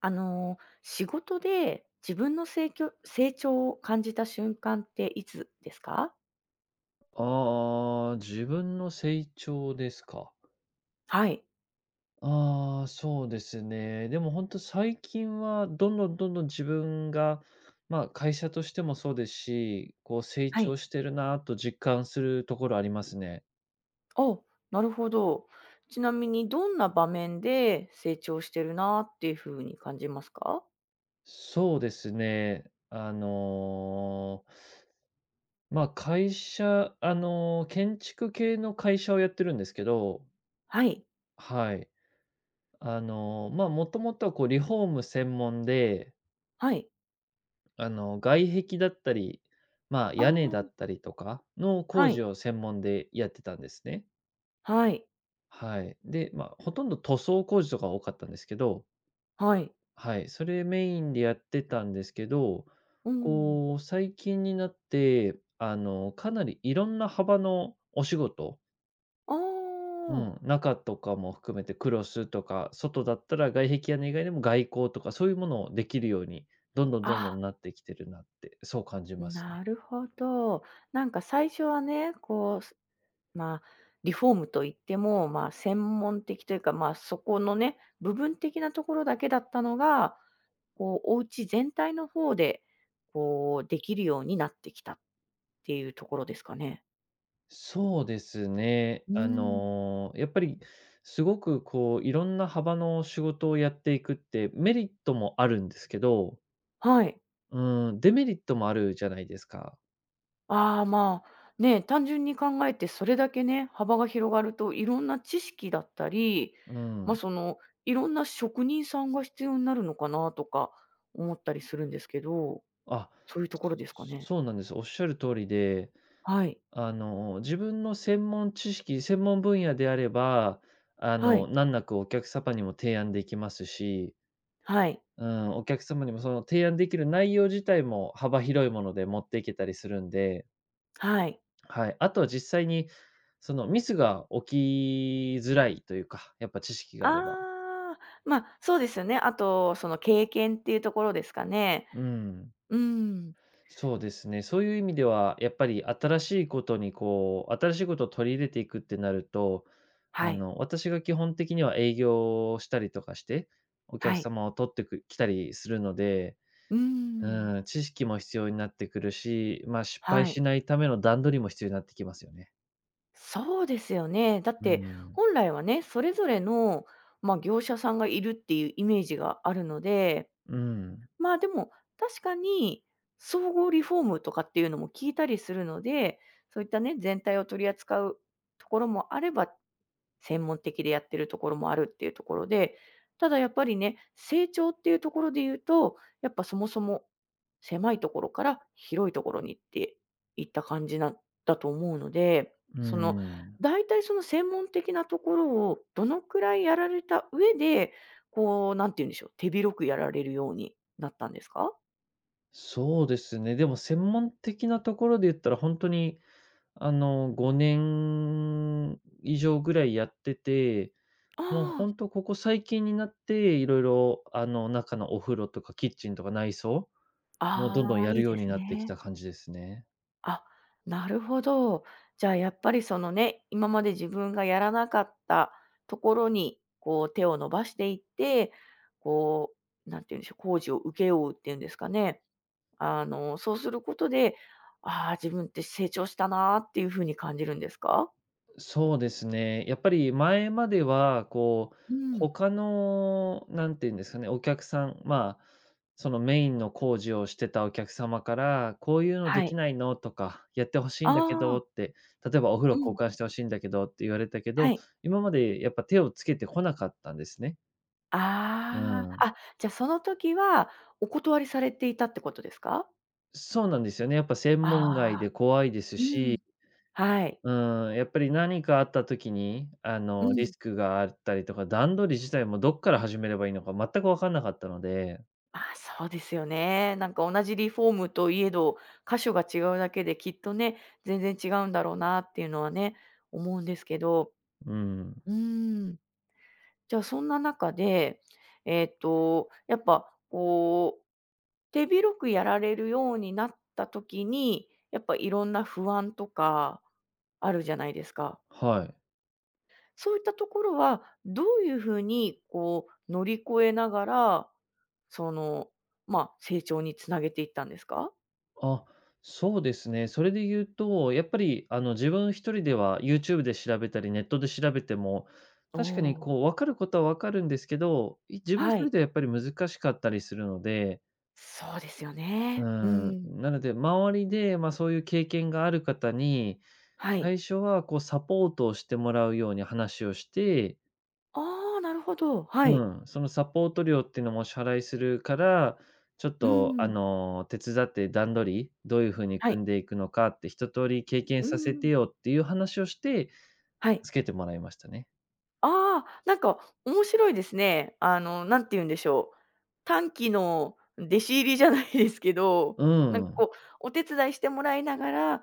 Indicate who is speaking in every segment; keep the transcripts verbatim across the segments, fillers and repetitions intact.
Speaker 1: あの、仕事で自分の成長成長を感じた瞬間っていつですか？
Speaker 2: ああ、自分の成長ですか。
Speaker 1: はい。
Speaker 2: ああ、そうですね。でも本当最近はどんどんどんどん自分が、まあ、会社としてもそうですし、こう成
Speaker 1: はい。
Speaker 2: 長してるなと実感するところありますね。
Speaker 1: お、なるほど。ちなみにどんな場面で成長してるなっていう風に感じますか？
Speaker 2: そうですね。あの、ま、会社あの、建築系の会社をやってるんですけど。
Speaker 1: はい。
Speaker 2: はい。あの、ま、もともとはこうリフォーム専門で
Speaker 1: はい。
Speaker 2: あの、外壁だったり、まあ、
Speaker 1: ああ、
Speaker 2: 屋根だったりとかの工
Speaker 1: は
Speaker 2: 事
Speaker 1: い。
Speaker 2: を専門でやってたんですね。
Speaker 1: はい。
Speaker 2: はい。で、まあ、ほとんど塗装工事とか多かったんですけど、
Speaker 1: はい。
Speaker 2: はい、それメインでやってたんですけど、
Speaker 1: うん。
Speaker 2: こう、最近になって、あの、かなりいろんな幅のお仕事、
Speaker 1: あ
Speaker 2: う
Speaker 1: あ。
Speaker 2: ん、中とかも含めてクロスとか、外だったら外壁屋根以外でも外交とか、そういうものをできるように、どんどんどん
Speaker 1: あ、
Speaker 2: どんなってきてるなって、そう感じます
Speaker 1: な
Speaker 2: ね。
Speaker 1: るほど。なんか最初はね、こうまあ、リフォームといっても、まあ、専門的というか、まあ、そこのね、部分的なところだけだったのが、こう、お家全体の方で、こう、できるようになってきたっていうところですかね。
Speaker 2: そうですね。
Speaker 1: う
Speaker 2: あ
Speaker 1: ーん。
Speaker 2: の、やっぱりすごくこう、いろんな幅の仕事をやっていくって、メリットもあるんですけど、
Speaker 1: はい。
Speaker 2: うん、デメリットもあるじゃないですか。
Speaker 1: ああ、まあ、ね、単純に考えてそれだけね、幅が広がると、いろんな知識だったり、
Speaker 2: う
Speaker 1: まあ、
Speaker 2: ん。
Speaker 1: その、いろんな職人さんが必要になるのかなとか思ったりするんですけど、
Speaker 2: あ、
Speaker 1: そういうところですかね。
Speaker 2: そうなんです。おっしゃる通りで、
Speaker 1: はい。
Speaker 2: あの、自分の専門知識、専門分野であれば、あ
Speaker 1: は
Speaker 2: の、
Speaker 1: い。
Speaker 2: 難なくお客様にも提案できますし、
Speaker 1: はい。
Speaker 2: うん、お客様にもその提案できる内容自体も幅広いもので持っていけたりするんで、
Speaker 1: はい。
Speaker 2: はい。あと実際に、そのミスが起きづらいというか、やっぱ知識があれば。
Speaker 1: ああ、まあ、そうですよね。あと、その経験っていうところですかね。
Speaker 2: うん。
Speaker 1: うん。
Speaker 2: そうですね。そういう意味では、やっぱり新しいことにこう、新しいことを取り入れていくってなると、
Speaker 1: は
Speaker 2: あ
Speaker 1: い。
Speaker 2: の、私が基本的には営業をしたりとかして、お客
Speaker 1: はい。
Speaker 2: 様を取ってく来たりするので、
Speaker 1: うん。
Speaker 2: うん、知識も必要になってくるし、まあ、失敗
Speaker 1: は
Speaker 2: し
Speaker 1: い。
Speaker 2: ないための段取りも必要になってきますよね。
Speaker 1: そうですよね。だっ
Speaker 2: う
Speaker 1: て、
Speaker 2: ん。
Speaker 1: 本来はね、それぞれの、まあ、業者さんがいるっていうイメージがあるので、
Speaker 2: うん。
Speaker 1: まあ、でも、確かに、総合リフォームとかっていうのも聞いたりするので、そういったね、全体を取り扱うところもあれば専門的でやってるところもあるっていうところで、ただやっぱりね、成長っていうところで言うと、やっぱそもそも狭いところから広いところにっていった感じなんだと思うので、
Speaker 2: う
Speaker 1: その、
Speaker 2: ん。
Speaker 1: 大体その専門的なところをどのくらいやられた上で、こう、なんて言うんでしょう、手広くやられるようになったんですか？
Speaker 2: そうですね。でも専門的なところで言ったら、本当に、あの、ごねん以上ぐらいやってて、もう
Speaker 1: あ
Speaker 2: 本当ここ最近になって、いろいろあの、中のお風呂とかキッチンとか内装、
Speaker 1: あ、
Speaker 2: もうどんどん
Speaker 1: ああ、
Speaker 2: や
Speaker 1: い
Speaker 2: る
Speaker 1: い
Speaker 2: よう
Speaker 1: で
Speaker 2: に
Speaker 1: す
Speaker 2: なってき
Speaker 1: ね。
Speaker 2: た感じですね。
Speaker 1: あ、なるほど。じゃあやっぱりそのね、今まで自分がやらなかったところに、こう手を伸ばしていって、こう、なんていうんでしょう、工事を請け負うっていうんですかね。あの、そうすることで、ああ、自分って成長したなっていうふうに感じるんですか？
Speaker 2: そうですね。やっぱり前までは、こう、
Speaker 1: うん。
Speaker 2: 他の、なんていうんですかね、お客さん、まあ、そのメインの工事をしてたお客様から、こういうの
Speaker 1: は
Speaker 2: でき
Speaker 1: い。
Speaker 2: ないのとか、やってほしいんだけ
Speaker 1: あ
Speaker 2: どっ
Speaker 1: あ、
Speaker 2: て、例えばお風
Speaker 1: う
Speaker 2: 呂交
Speaker 1: ん、
Speaker 2: 換してほしいんだけどって言われたけ
Speaker 1: は
Speaker 2: ど、
Speaker 1: い。
Speaker 2: 今までやっぱ手をつけてこなかったんですね。う
Speaker 1: ああ、
Speaker 2: ん。
Speaker 1: あ、じゃ、その時はお断りされていたってことですか？
Speaker 2: そうなんですよね。やっぱ専門外
Speaker 1: ああ
Speaker 2: で怖いです
Speaker 1: ー、うん、
Speaker 2: し、
Speaker 1: はい。
Speaker 2: うん、やっぱり何かあった時に、あ
Speaker 1: う
Speaker 2: の、リ
Speaker 1: ん。
Speaker 2: スクがあったりとか、段取り自体もどっから始めればいいのか全く分かんなかったので、
Speaker 1: まあ、そうですよね。なんか同じリフォームといえど、箇所が違うだけできっとね、全然違うんだろうなっていうのはね、思うんですけど、
Speaker 2: うん、
Speaker 1: うーん。じゃあそんな中で、えっと、やっぱこう、手広くやられるようになった時に、やっぱいろんな不安とかあるじゃないですか。
Speaker 2: はい。
Speaker 1: そういったところは、どういうふうにこう乗り越えながら、その、まあ、成長につなげていったんですか？
Speaker 2: あ、そうですね。それで言うと、やっぱり、あの、自分一人では YouTube で調べたり、ネットで調べても、
Speaker 1: お
Speaker 2: 確かに
Speaker 1: ー
Speaker 2: こう分かることは分かるんですけど、い自分一
Speaker 1: は
Speaker 2: 人
Speaker 1: い。
Speaker 2: ではやっぱり難しかったりするので、
Speaker 1: そうですよ
Speaker 2: う
Speaker 1: ね。う
Speaker 2: ん、
Speaker 1: ん。
Speaker 2: なので周りで、まあ、そういう経験がある方に
Speaker 1: はい。
Speaker 2: 最初はこうサポートをしてもらうように話をして、
Speaker 1: ああ、なるほど。はい。
Speaker 2: うん、そのサポート料っていうのもお支払いするから、ちょっ
Speaker 1: う
Speaker 2: とあ
Speaker 1: ん。
Speaker 2: の、手伝って段取り、どういう風に
Speaker 1: はい。
Speaker 2: 組んでいくのかって一通り経験
Speaker 1: う
Speaker 2: させて
Speaker 1: ん。
Speaker 2: よっていう話をして、
Speaker 1: はい。
Speaker 2: つけてもらいましたね。
Speaker 1: ああ、なんか面白いですね。あの、なんて言うんでしょう、短期の弟子入りじゃないですけど、
Speaker 2: う
Speaker 1: なんか
Speaker 2: ん。
Speaker 1: こう、お手伝いしてもらいながら、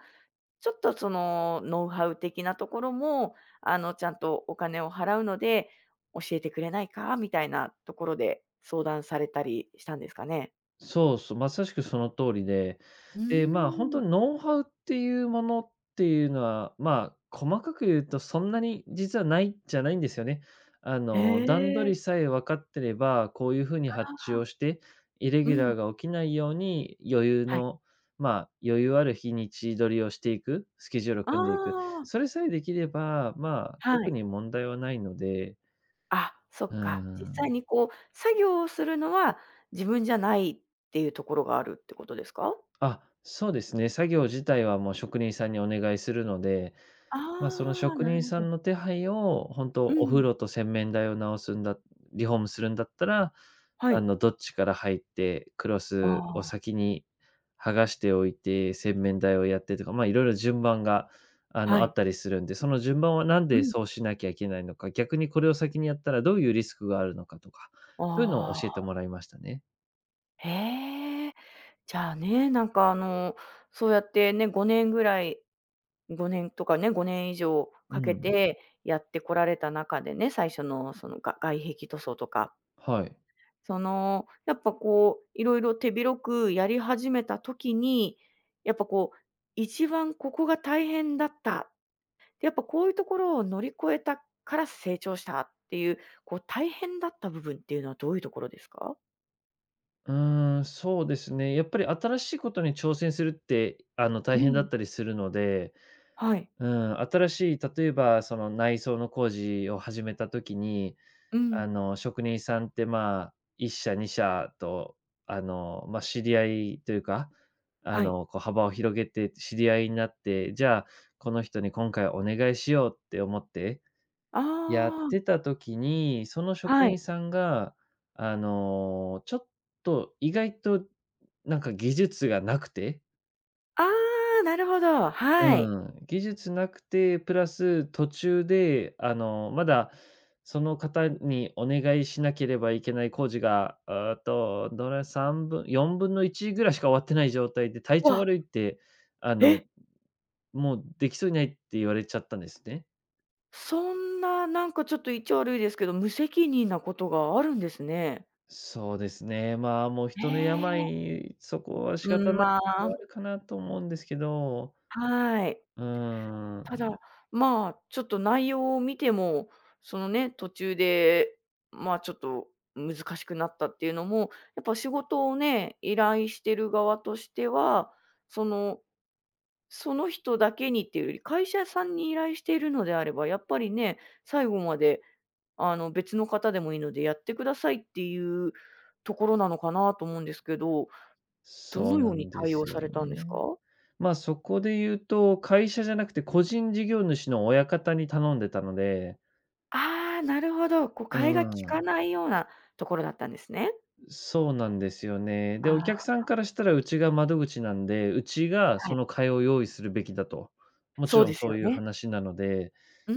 Speaker 1: ちょっとそのノウハウ的なところも、あの、ちゃんとお金を払うので、教えてくれないかみたいなところで相談されたりしたんですかね？
Speaker 2: そうそう、まさしくその通りで、
Speaker 1: うー
Speaker 2: で、まあ、本
Speaker 1: ん。
Speaker 2: 当にノウハウっていうものっていうのは、まあ、細かく言うとそんなに実はないじゃないんですよね。あ
Speaker 1: へ
Speaker 2: の、段取
Speaker 1: え。
Speaker 2: りさえ分かってれば、こういう風に発注をして、イレ
Speaker 1: う
Speaker 2: ギュラ
Speaker 1: ん。
Speaker 2: ーが起きないように余裕
Speaker 1: はい。
Speaker 2: の、まあ、余裕ある日にち取りをしていく、スケジュールを
Speaker 1: あ
Speaker 2: 組んでいく。
Speaker 1: あ、
Speaker 2: それさえできれば、まあ、
Speaker 1: は
Speaker 2: 特
Speaker 1: い。
Speaker 2: に問題はないので、
Speaker 1: あ、そ
Speaker 2: う
Speaker 1: っ
Speaker 2: ー
Speaker 1: か。実際
Speaker 2: ん。
Speaker 1: にこう、作業をするのは自分じゃないっていうところがあるってことですか？
Speaker 2: あ、そうですね。作業自体はもう職人さんにお願いするので、
Speaker 1: あ
Speaker 2: まあ、その
Speaker 1: あ、
Speaker 2: 職
Speaker 1: なる
Speaker 2: 人
Speaker 1: ほ
Speaker 2: さ
Speaker 1: ど。
Speaker 2: んの手配を、本当
Speaker 1: う
Speaker 2: お風
Speaker 1: ん。
Speaker 2: 呂と洗面台を直すんだリフォームするんだったら、
Speaker 1: は
Speaker 2: あ
Speaker 1: い。
Speaker 2: の、どっちから入って、クロ
Speaker 1: あ
Speaker 2: スを
Speaker 1: あ、
Speaker 2: 先に剥がしておいて、洗面台をやってとか、まあ、いろいろ順番が、あ
Speaker 1: は
Speaker 2: の、あ
Speaker 1: い。
Speaker 2: ったりするんで、その順番はなん
Speaker 1: う
Speaker 2: で
Speaker 1: ん。
Speaker 2: そうしなきゃいけないのか、逆にこれを先にやったらどういうリスクがあるのかとか、そういうのを
Speaker 1: あ
Speaker 2: 教えて
Speaker 1: あ、
Speaker 2: もらいましたね。
Speaker 1: へえ。じゃあね、なんかあの、そうやってね、ごねんぐらいごねんとかね、ごねん以上
Speaker 2: う
Speaker 1: かけ
Speaker 2: ん。
Speaker 1: てやってこられた中でね、最初のそのが外壁塗装とか
Speaker 2: はい。
Speaker 1: その、やっぱこう、いろいろ手広くやり始めた時に、やっぱこう、一番ここが大変だった。で、やっぱこういうところを乗り越えたから成長したっていう、こう大変だった部分っていうのはどういうところですか？
Speaker 2: うーん、そうですね。やっぱり新しいことに挑戦するって、あの、
Speaker 1: う
Speaker 2: 大変だ
Speaker 1: ん。
Speaker 2: ったりするので、
Speaker 1: はい。
Speaker 2: うん、新しい、例えば、その内装の工事を始めたときに、
Speaker 1: うん。
Speaker 2: あの、職人さんって、まあ、いっ社、に社と、あの、まあ、知り合いというか、あ
Speaker 1: はい。
Speaker 2: の、こう、幅を広げて知り合いになって、じゃあ、この人に今回お願いしようって思って
Speaker 1: あ
Speaker 2: やっ
Speaker 1: あ、
Speaker 2: てた時に、その職
Speaker 1: は
Speaker 2: 員
Speaker 1: い。
Speaker 2: さんが、あの、ちょっと意外となんか技術がなくて
Speaker 1: ああ、なるほど、はい。
Speaker 2: うん、技術なくて、プラス途中で、あの、まだその方にお願いしなければいけない工事が、あと、どれ三分よんぶんのいちぐらいしか終わってない状態で、体調
Speaker 1: わ、
Speaker 2: 悪いって、あの、
Speaker 1: え、
Speaker 2: もうできそうにないって言われちゃったんですね。
Speaker 1: そんななんかちょっと言っちゃ悪いですけど、無責任なことがあるんですね。
Speaker 2: そうですね。まあ、もう
Speaker 1: へ
Speaker 2: 人の
Speaker 1: え、
Speaker 2: 病、そこは仕
Speaker 1: う
Speaker 2: 方
Speaker 1: ん、
Speaker 2: ない
Speaker 1: ま
Speaker 2: のもあ
Speaker 1: あ
Speaker 2: るかなと思うんですけど、
Speaker 1: はい。
Speaker 2: うー
Speaker 1: た
Speaker 2: ん、
Speaker 1: だ、まあ、ちょっと内容を見ても、そのね、途中で、まあ、ちょっと難しくなったっていうのも、やっぱ仕事をね、依頼してる側としては、その、その人だけにっていうより、会社さんに依頼しているのであれば、やっぱりね、最後まで、あの、別の方でもいいのでやってくださいっていうところなのかなと思うんですけど、ど
Speaker 2: そう
Speaker 1: のよ
Speaker 2: な
Speaker 1: うに
Speaker 2: んで
Speaker 1: 対応
Speaker 2: す
Speaker 1: さ
Speaker 2: よ
Speaker 1: れたんですか？
Speaker 2: ね。まあ、そこで言うと、会社じゃなくて個人事業主の親方に頼んでたので、
Speaker 1: ああ、なるほど。こう、
Speaker 2: う
Speaker 1: 替えが利か
Speaker 2: ん、
Speaker 1: ないようなところだったんですね。
Speaker 2: そうなんですよね。
Speaker 1: あ
Speaker 2: で、お客
Speaker 1: あ、
Speaker 2: さんからしたらうちが窓口なんで、うちが
Speaker 1: はい。
Speaker 2: その会を用意するべきだと。もち
Speaker 1: そう
Speaker 2: ろ
Speaker 1: で
Speaker 2: ん
Speaker 1: す
Speaker 2: そ
Speaker 1: よ
Speaker 2: ういう
Speaker 1: ね。
Speaker 2: 話なので、
Speaker 1: うー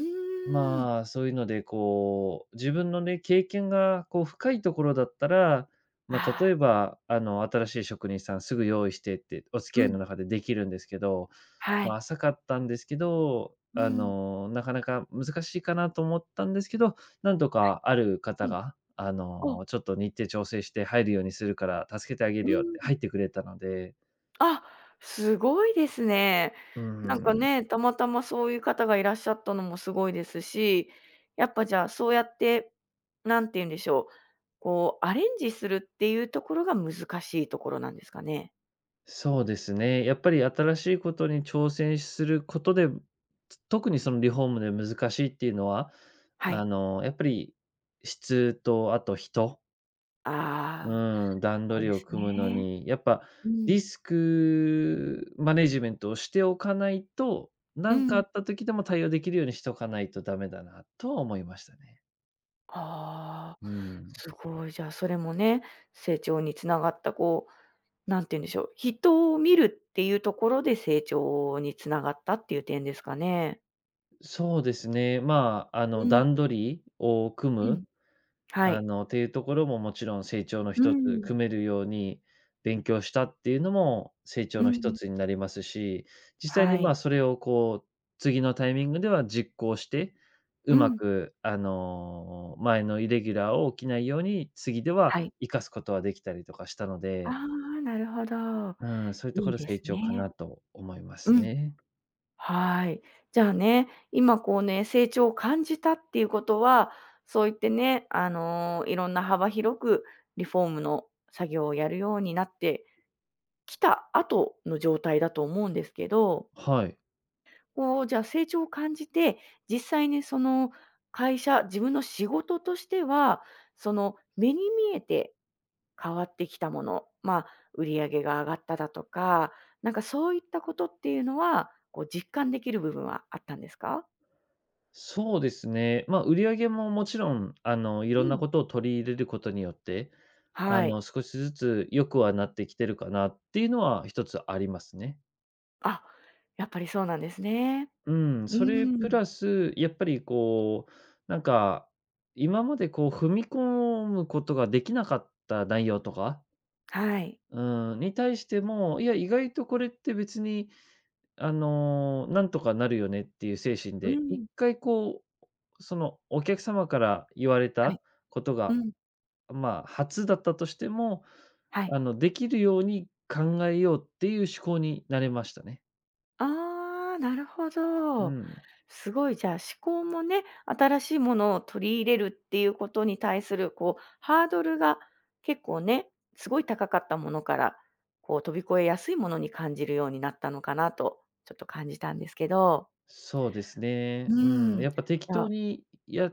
Speaker 1: ん。
Speaker 2: まあ、そういうので、こう、自分のね、経験がこう深いところだったら、まあ、
Speaker 1: あ
Speaker 2: 例
Speaker 1: あ、
Speaker 2: えば、あの、新しい職人さんすぐ用意してってお付
Speaker 1: う
Speaker 2: き合い
Speaker 1: ん。
Speaker 2: の中でできるんですけど、
Speaker 1: は
Speaker 2: まあ、
Speaker 1: い。
Speaker 2: 浅かったんですけど、
Speaker 1: う
Speaker 2: あ
Speaker 1: ん。
Speaker 2: の、なかなか難しいかなと思ったんですけど、なんとかある方
Speaker 1: うん。
Speaker 2: が、あ
Speaker 1: あ、
Speaker 2: の、ちょっと日程調整して入るようにするから助けてあげ
Speaker 1: う
Speaker 2: るよっ
Speaker 1: ん。
Speaker 2: て入ってくれたので、
Speaker 1: あ、すごいですね。
Speaker 2: う
Speaker 1: なんか
Speaker 2: ん。
Speaker 1: ね、たまたまそういう方がいらっしゃったのもすごいですし、やっぱじゃあ、そうやって、なんて言うんでしょう、こう、アレンジするっていうところが難しいところなんですかね？
Speaker 2: そうですね。やっぱり新しいことに挑戦することで、つ特にそのリフォームで難しいっていうのは、
Speaker 1: は
Speaker 2: あ
Speaker 1: い。
Speaker 2: の、やっぱり質とあと人、う
Speaker 1: ああ、
Speaker 2: ん、段
Speaker 1: そう
Speaker 2: 取り
Speaker 1: で
Speaker 2: を
Speaker 1: す
Speaker 2: 組むの
Speaker 1: ね。
Speaker 2: に、やっぱ
Speaker 1: うん。
Speaker 2: リスクマネジメントをしておかないと、
Speaker 1: う
Speaker 2: なんかあ
Speaker 1: ん。
Speaker 2: った時でも対応できるようにしておかないとダメだなとは思いましたね。
Speaker 1: ああ、
Speaker 2: うん。
Speaker 1: すごい。じゃあ、それもね、成長につながった、こう、なんて言うんでしょう、人を見るっていうところで成長につながったっていう点ですかね？
Speaker 2: そうですね。まあ、あ
Speaker 1: う
Speaker 2: の、
Speaker 1: ん、
Speaker 2: 段取りを組
Speaker 1: う
Speaker 2: む
Speaker 1: ん。は
Speaker 2: あ
Speaker 1: い。
Speaker 2: の、っていうところももちろん成長の
Speaker 1: う
Speaker 2: 一
Speaker 1: ん、
Speaker 2: つ、
Speaker 1: う
Speaker 2: 組めるように勉強したっていうのも成
Speaker 1: ん。
Speaker 2: 長の一
Speaker 1: ん。
Speaker 2: つになりますし、実際
Speaker 1: は
Speaker 2: にまあ、
Speaker 1: い。
Speaker 2: それをこう、次のタイミングでは実行して、
Speaker 1: う
Speaker 2: うま
Speaker 1: ん。
Speaker 2: くあの、前のイレギュラーを起きないように、次では
Speaker 1: はい。
Speaker 2: 生かすことはできたりとかしたの
Speaker 1: あ
Speaker 2: で、
Speaker 1: あ、なるほど。
Speaker 2: うん、そういうと
Speaker 1: い
Speaker 2: こ
Speaker 1: い
Speaker 2: ろ
Speaker 1: で
Speaker 2: 成
Speaker 1: す
Speaker 2: 長か
Speaker 1: ね。
Speaker 2: なと思いま
Speaker 1: う
Speaker 2: す
Speaker 1: ん。
Speaker 2: ね。
Speaker 1: はい。じゃあね、今こうね、成長を感じたっていうことは、そう言ってね、あの、いろんな幅広くリフォームの作業をやるようになってきた後の状態だと思うんですけど
Speaker 2: はい。
Speaker 1: こう、じゃあ成長を感じて、実際にその会社、自分の仕事としては、その目に見えて変わってきたもの、まあ、売り上げが上がっただとか、なんかそういったことっていうのは、こう実感できる部分はあったんですか？
Speaker 2: そうですね。まあ、売り上げももちろん、あの、いろ
Speaker 1: う
Speaker 2: んな
Speaker 1: ん。
Speaker 2: ことを取り入れることによって、あ
Speaker 1: はい。
Speaker 2: の、少しずつ良くはなってきてるかなっていうのは一つありますね。
Speaker 1: あ、やっぱりそうなんですね。
Speaker 2: うん、
Speaker 1: う
Speaker 2: それプ
Speaker 1: ん。
Speaker 2: ラス、やっぱりこう、なんか、今までこう踏み込むことができなかった内容とか、
Speaker 1: はい。
Speaker 2: うん、に対しても、いや、意外とこれって別にあの、なんとかなるよねっていう精神
Speaker 1: う
Speaker 2: で、一
Speaker 1: ん。
Speaker 2: 回こう、そのお客様から言われ
Speaker 1: はい。
Speaker 2: たこと
Speaker 1: う
Speaker 2: が、
Speaker 1: ん。
Speaker 2: まあ、初だったとしても、
Speaker 1: はい。
Speaker 2: あの、できるように考えようっていう思考になれましたね。
Speaker 1: ああ、なるほ
Speaker 2: う
Speaker 1: ど。
Speaker 2: ん。
Speaker 1: すごい、じゃあ、思考もね、新しいものを取り入れるっていうことに対する、こう、ハードルが結構ね、すごい高かったものから、こう、飛び越えやすいものに感じるようになったのかなと、ちょっと感じたんですけど。
Speaker 2: そうですね。
Speaker 1: う
Speaker 2: うん。
Speaker 1: ーん。
Speaker 2: やっぱ適
Speaker 1: じゃ
Speaker 2: 当
Speaker 1: あ
Speaker 2: にや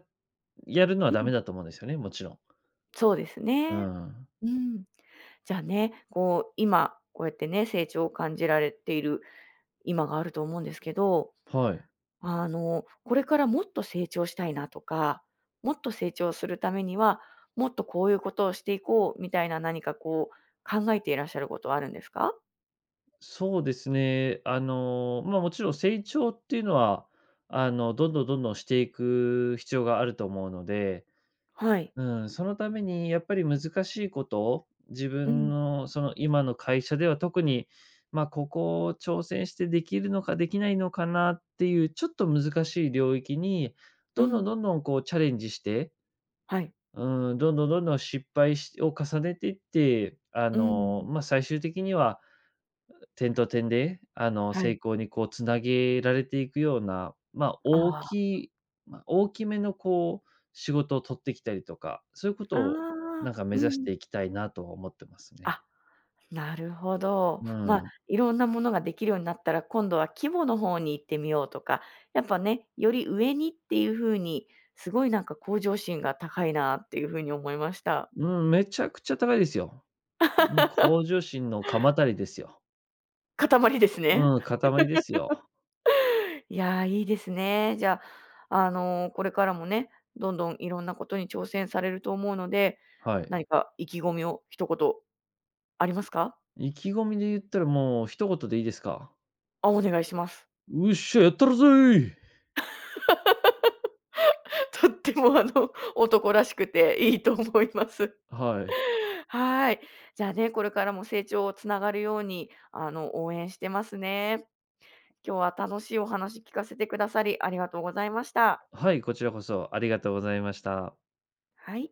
Speaker 2: やるのは
Speaker 1: う
Speaker 2: ダ
Speaker 1: ん、
Speaker 2: メだと思うんですよね、もちろん。
Speaker 1: そうです
Speaker 2: う
Speaker 1: ね。
Speaker 2: ん。
Speaker 1: うん。じゃあね、こう、今、こうやってね、成長を感じられている今があると思うんですけど
Speaker 2: はい。
Speaker 1: あの、これからもっと成長したいなとか、もっと成長するためには、もっとこういうことをしていこうみたいな何かこう考えていらっしゃることはあるんですか？
Speaker 2: そうですね。あの、ま、もちろん成長っていうのは、あの、どんどんどんどんしていく必要があると思うので、
Speaker 1: はい。
Speaker 2: うん、そのためにやっぱり難しいことを、自
Speaker 1: う
Speaker 2: 分
Speaker 1: ん、
Speaker 2: のその今の会社では特に、ま、ここを挑戦してできるのかできないのかなっていうちょっと難しい領域に、
Speaker 1: う
Speaker 2: どんどん
Speaker 1: ん、
Speaker 2: どんどんこうチャレンジして、
Speaker 1: はい。
Speaker 2: うん、どんどんどんどん失敗しを重ねていって、あ
Speaker 1: う
Speaker 2: の、
Speaker 1: ん、
Speaker 2: ま、最終的には点と点で、あの、
Speaker 1: は
Speaker 2: 成
Speaker 1: い。
Speaker 2: 功にこうつなげられていくような、まあ、大
Speaker 1: あ
Speaker 2: きいまあ、大きめのこう、仕事を取ってきたりとか、そういうこ
Speaker 1: あ、あ
Speaker 2: とをなん
Speaker 1: あ、
Speaker 2: か目
Speaker 1: う
Speaker 2: 指し
Speaker 1: ん。
Speaker 2: ていきたいなとは思ってますね。
Speaker 1: あ、なるほど。
Speaker 2: う
Speaker 1: まあ、
Speaker 2: ん。
Speaker 1: いろんなものができるようになったら、今度は規模の方に行ってみようとか、やっぱね、より上にっていう風に、すごいなんか向上心が高いなっていう風に思いました。
Speaker 2: うん、めちゃくちゃ高いですよ。うん、向上心の鎌足りですよ。
Speaker 1: 塊ですね。
Speaker 2: うん、塊ですよ。
Speaker 1: いやー、いいですね。じゃあ、あの、これからもね、どんどんいろんなことに挑戦されると思うので、
Speaker 2: はい。
Speaker 1: 何か意気込みを一言ありますか？
Speaker 2: 意気込みで言ったらもう一言でいいですか？
Speaker 1: あ、お願いします。
Speaker 2: 「うっしゃ、やったるぜい！」
Speaker 1: とっても、あの、男らしくていいと思います。
Speaker 2: はい。
Speaker 1: はい。じゃあね、これからも成長をつながるように、あの、応援してますね。今日は楽しいお話聞かせてくださり、ありがとうございました。
Speaker 2: はい、こちらこそありがとうございました。
Speaker 1: はい。